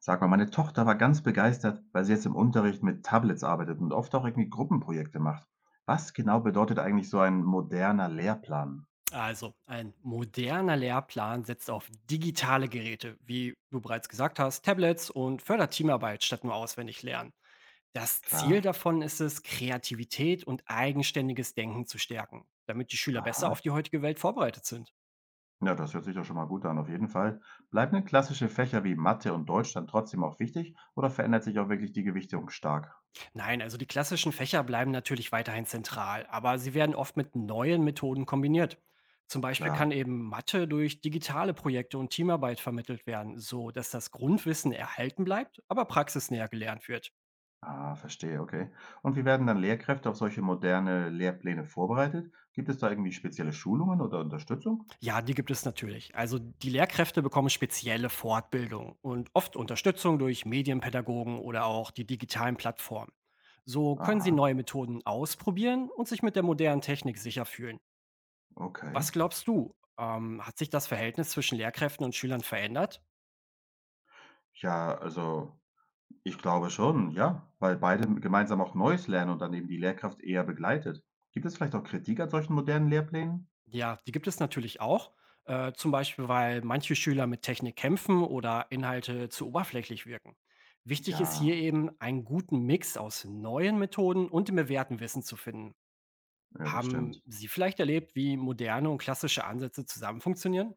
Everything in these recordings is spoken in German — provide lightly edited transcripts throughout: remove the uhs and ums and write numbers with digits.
Sag mal, meine Tochter war ganz begeistert, weil sie jetzt im Unterricht mit Tablets arbeitet und oft auch irgendwie Gruppenprojekte macht. Was genau bedeutet eigentlich so ein moderner Lehrplan? Also, ein moderner Lehrplan setzt auf digitale Geräte, wie du bereits gesagt hast, Tablets und fördert Teamarbeit statt nur auswendig lernen. Das Ziel Klar. davon ist es, Kreativität und eigenständiges Denken zu stärken, damit die Schüler besser Aha. auf die heutige Welt vorbereitet sind. Ja, das hört sich doch schon mal gut an, auf jeden Fall. Bleiben denn klassische Fächer wie Mathe und Deutsch dann trotzdem auch wichtig oder verändert sich auch wirklich die Gewichtung stark? Nein, also die klassischen Fächer bleiben natürlich weiterhin zentral, aber sie werden oft mit neuen Methoden kombiniert. Zum Beispiel Klar. kann eben Mathe durch digitale Projekte und Teamarbeit vermittelt werden, so dass das Grundwissen erhalten bleibt, aber praxisnäher gelernt wird. Ah, verstehe, okay. Und wie werden dann Lehrkräfte auf solche moderne Lehrpläne vorbereitet? Gibt es da irgendwie spezielle Schulungen oder Unterstützung? Ja, die gibt es natürlich. Also die Lehrkräfte bekommen spezielle Fortbildung und oft Unterstützung durch Medienpädagogen oder auch die digitalen Plattformen. So können sie Aha, neue Methoden ausprobieren und sich mit der modernen Technik sicher fühlen. okay. Was glaubst du? Hat sich das Verhältnis zwischen Lehrkräften und Schülern verändert? Ja, also ich glaube schon, ja, weil beide gemeinsam auch Neues lernen und dann eben die Lehrkraft eher begleitet. Gibt es vielleicht auch Kritik an solchen modernen Lehrplänen? Ja, die gibt es natürlich auch. Zum Beispiel, weil manche Schüler mit Technik kämpfen oder Inhalte zu oberflächlich wirken. Wichtig ist hier Ja, eben, einen guten Mix aus neuen Methoden und dem bewährten Wissen zu finden. ja, das Haben stimmt. Sie vielleicht erlebt, wie moderne und klassische Ansätze zusammen funktionieren?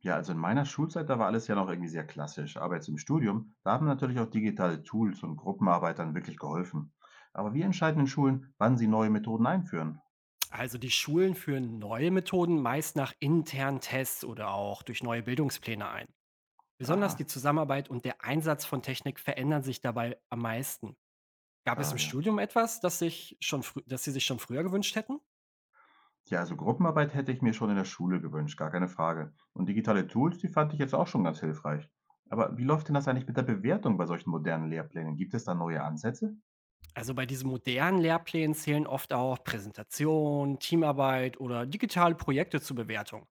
Ja, also in meiner Schulzeit, da war alles ja noch irgendwie sehr klassisch. Aber jetzt im Studium, da haben natürlich auch digitale Tools und Gruppenarbeit dann wirklich geholfen. Aber wir entscheiden in Schulen, wann sie neue Methoden einführen. Also die Schulen führen neue Methoden meist nach internen Tests oder auch durch neue Bildungspläne ein. Besonders die Aha, Zusammenarbeit und der Einsatz von Technik verändern sich dabei am meisten. Gab es im klar, ja. Studium etwas, das Sie sich schon früher gewünscht hätten? Ja, also Gruppenarbeit hätte ich mir schon in der Schule gewünscht, gar keine Frage. Und digitale Tools, die fand ich jetzt auch schon ganz hilfreich. Aber wie läuft denn das eigentlich mit der Bewertung bei solchen modernen Lehrplänen? Gibt es da neue Ansätze? Also bei diesen modernen Lehrplänen zählen oft auch Präsentation, Teamarbeit oder digitale Projekte zur Bewertung.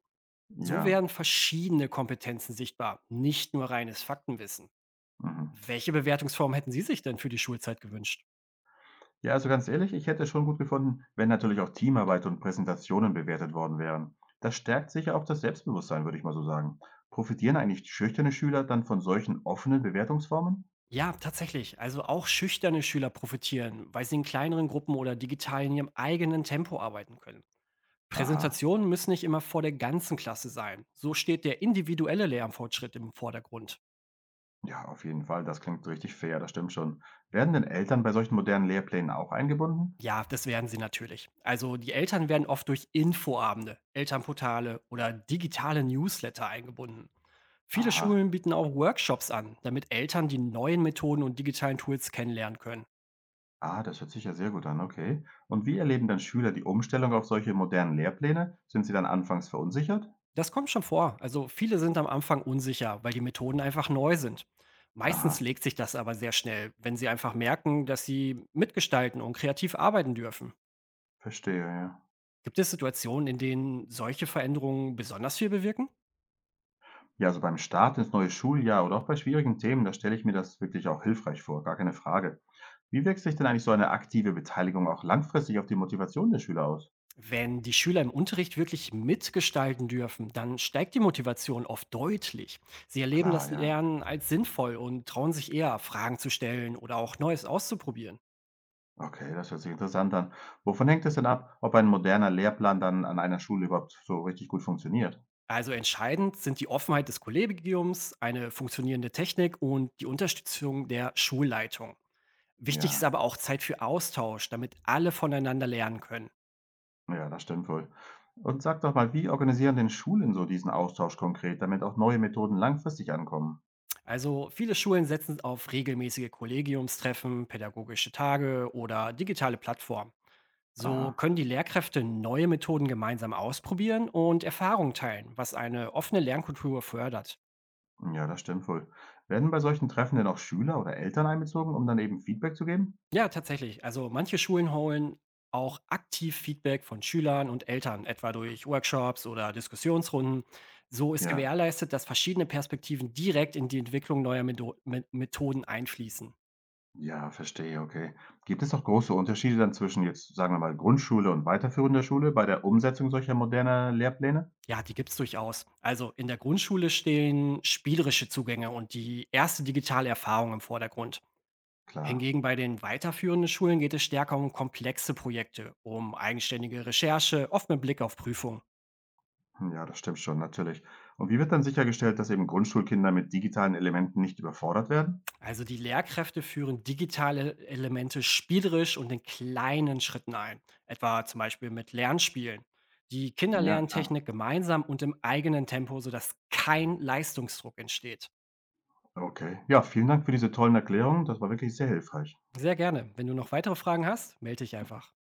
So Ja. werden verschiedene Kompetenzen sichtbar, nicht nur reines Faktenwissen. Mhm. Welche Bewertungsform hätten Sie sich denn für die Schulzeit gewünscht? Ja, also ganz ehrlich, ich hätte es schon gut gefunden, wenn natürlich auch Teamarbeit und Präsentationen bewertet worden wären. Das stärkt sicher auch das Selbstbewusstsein, würde ich mal so sagen. Profitieren eigentlich schüchterne Schüler dann von solchen offenen Bewertungsformen? Ja, tatsächlich. Also auch schüchterne Schüler profitieren, weil sie in kleineren Gruppen oder digital in ihrem eigenen Tempo arbeiten können. Aha. Präsentationen müssen nicht immer vor der ganzen Klasse sein. So steht der individuelle Lernfortschritt im Vordergrund. Ja, auf jeden Fall. Das klingt richtig fair, das stimmt schon. Werden denn Eltern bei solchen modernen Lehrplänen auch eingebunden? Ja, das werden sie natürlich. Also die Eltern werden oft durch Infoabende, Elternportale oder digitale Newsletter eingebunden. Viele Aha. Schulen bieten auch Workshops an, damit Eltern die neuen Methoden und digitalen Tools kennenlernen können. Ah, das hört sich ja sehr gut an, okay. Und wie erleben dann Schüler die Umstellung auf solche modernen Lehrpläne? Sind sie dann anfangs verunsichert? Das kommt schon vor. Also viele sind am Anfang unsicher, weil die Methoden einfach neu sind. Meistens Aha, legt sich das aber sehr schnell, wenn sie einfach merken, dass sie mitgestalten und kreativ arbeiten dürfen. verstehe, ja. Gibt es Situationen, in denen solche Veränderungen besonders viel bewirken? Ja, also beim Start ins neue Schuljahr oder auch bei schwierigen Themen, da stelle ich mir das wirklich auch hilfreich vor, gar keine Frage. Wie wirkt sich denn eigentlich so eine aktive Beteiligung auch langfristig auf die Motivation der Schüler aus? Wenn die Schüler im Unterricht wirklich mitgestalten dürfen, dann steigt die Motivation oft deutlich. Sie erleben Klar, das ja. Lernen als sinnvoll und trauen sich eher, Fragen zu stellen oder auch Neues auszuprobieren. Okay, das hört sich interessant an. Wovon hängt es denn ab, ob ein moderner Lehrplan dann an einer Schule überhaupt so richtig gut funktioniert? Also entscheidend sind die Offenheit des Kollegiums, eine funktionierende Technik und die Unterstützung der Schulleitung. Wichtig ist Ja. aber auch Zeit für Austausch, damit alle voneinander lernen können. Ja, das stimmt wohl. Und sag doch mal, wie organisieren denn Schulen so diesen Austausch konkret, damit auch neue Methoden langfristig ankommen? Also viele Schulen setzen auf regelmäßige Kollegiumstreffen, pädagogische Tage oder digitale Plattformen. So Aha, können die Lehrkräfte neue Methoden gemeinsam ausprobieren und Erfahrungen teilen, was eine offene Lernkultur fördert. ja, das stimmt wohl. Werden bei solchen Treffen denn auch Schüler oder Eltern einbezogen, um dann eben Feedback zu geben? Ja, tatsächlich. Also manche Schulen holen auch aktiv Feedback von Schülern und Eltern, etwa durch Workshops oder Diskussionsrunden. So ist Ja, gewährleistet, dass verschiedene Perspektiven direkt in die Entwicklung neuer Methoden einfließen. ja, verstehe, okay. Gibt es auch große Unterschiede dann zwischen jetzt, sagen wir mal, Grundschule und weiterführender Schule bei der Umsetzung solcher moderner Lehrpläne? Ja, die gibt's durchaus. Also in der Grundschule stehen spielerische Zugänge und die erste digitale Erfahrung im Vordergrund. Klar, Hingegen bei den weiterführenden Schulen geht es stärker um komplexe Projekte, um eigenständige Recherche, oft mit Blick auf Prüfungen. hm, ja, das stimmt schon, natürlich. Und wie wird dann sichergestellt, dass eben Grundschulkinder mit digitalen Elementen nicht überfordert werden? Also die Lehrkräfte führen digitale Elemente spielerisch und in kleinen Schritten ein, etwa zum Beispiel mit Lernspielen. Die Kinder Ja, lernen klar. Technik gemeinsam und im eigenen Tempo, sodass kein Leistungsdruck entsteht. Okay. Ja, vielen Dank für diese tollen Erklärungen. Das war wirklich sehr hilfreich. Sehr gerne. Wenn du noch weitere Fragen hast, melde dich einfach.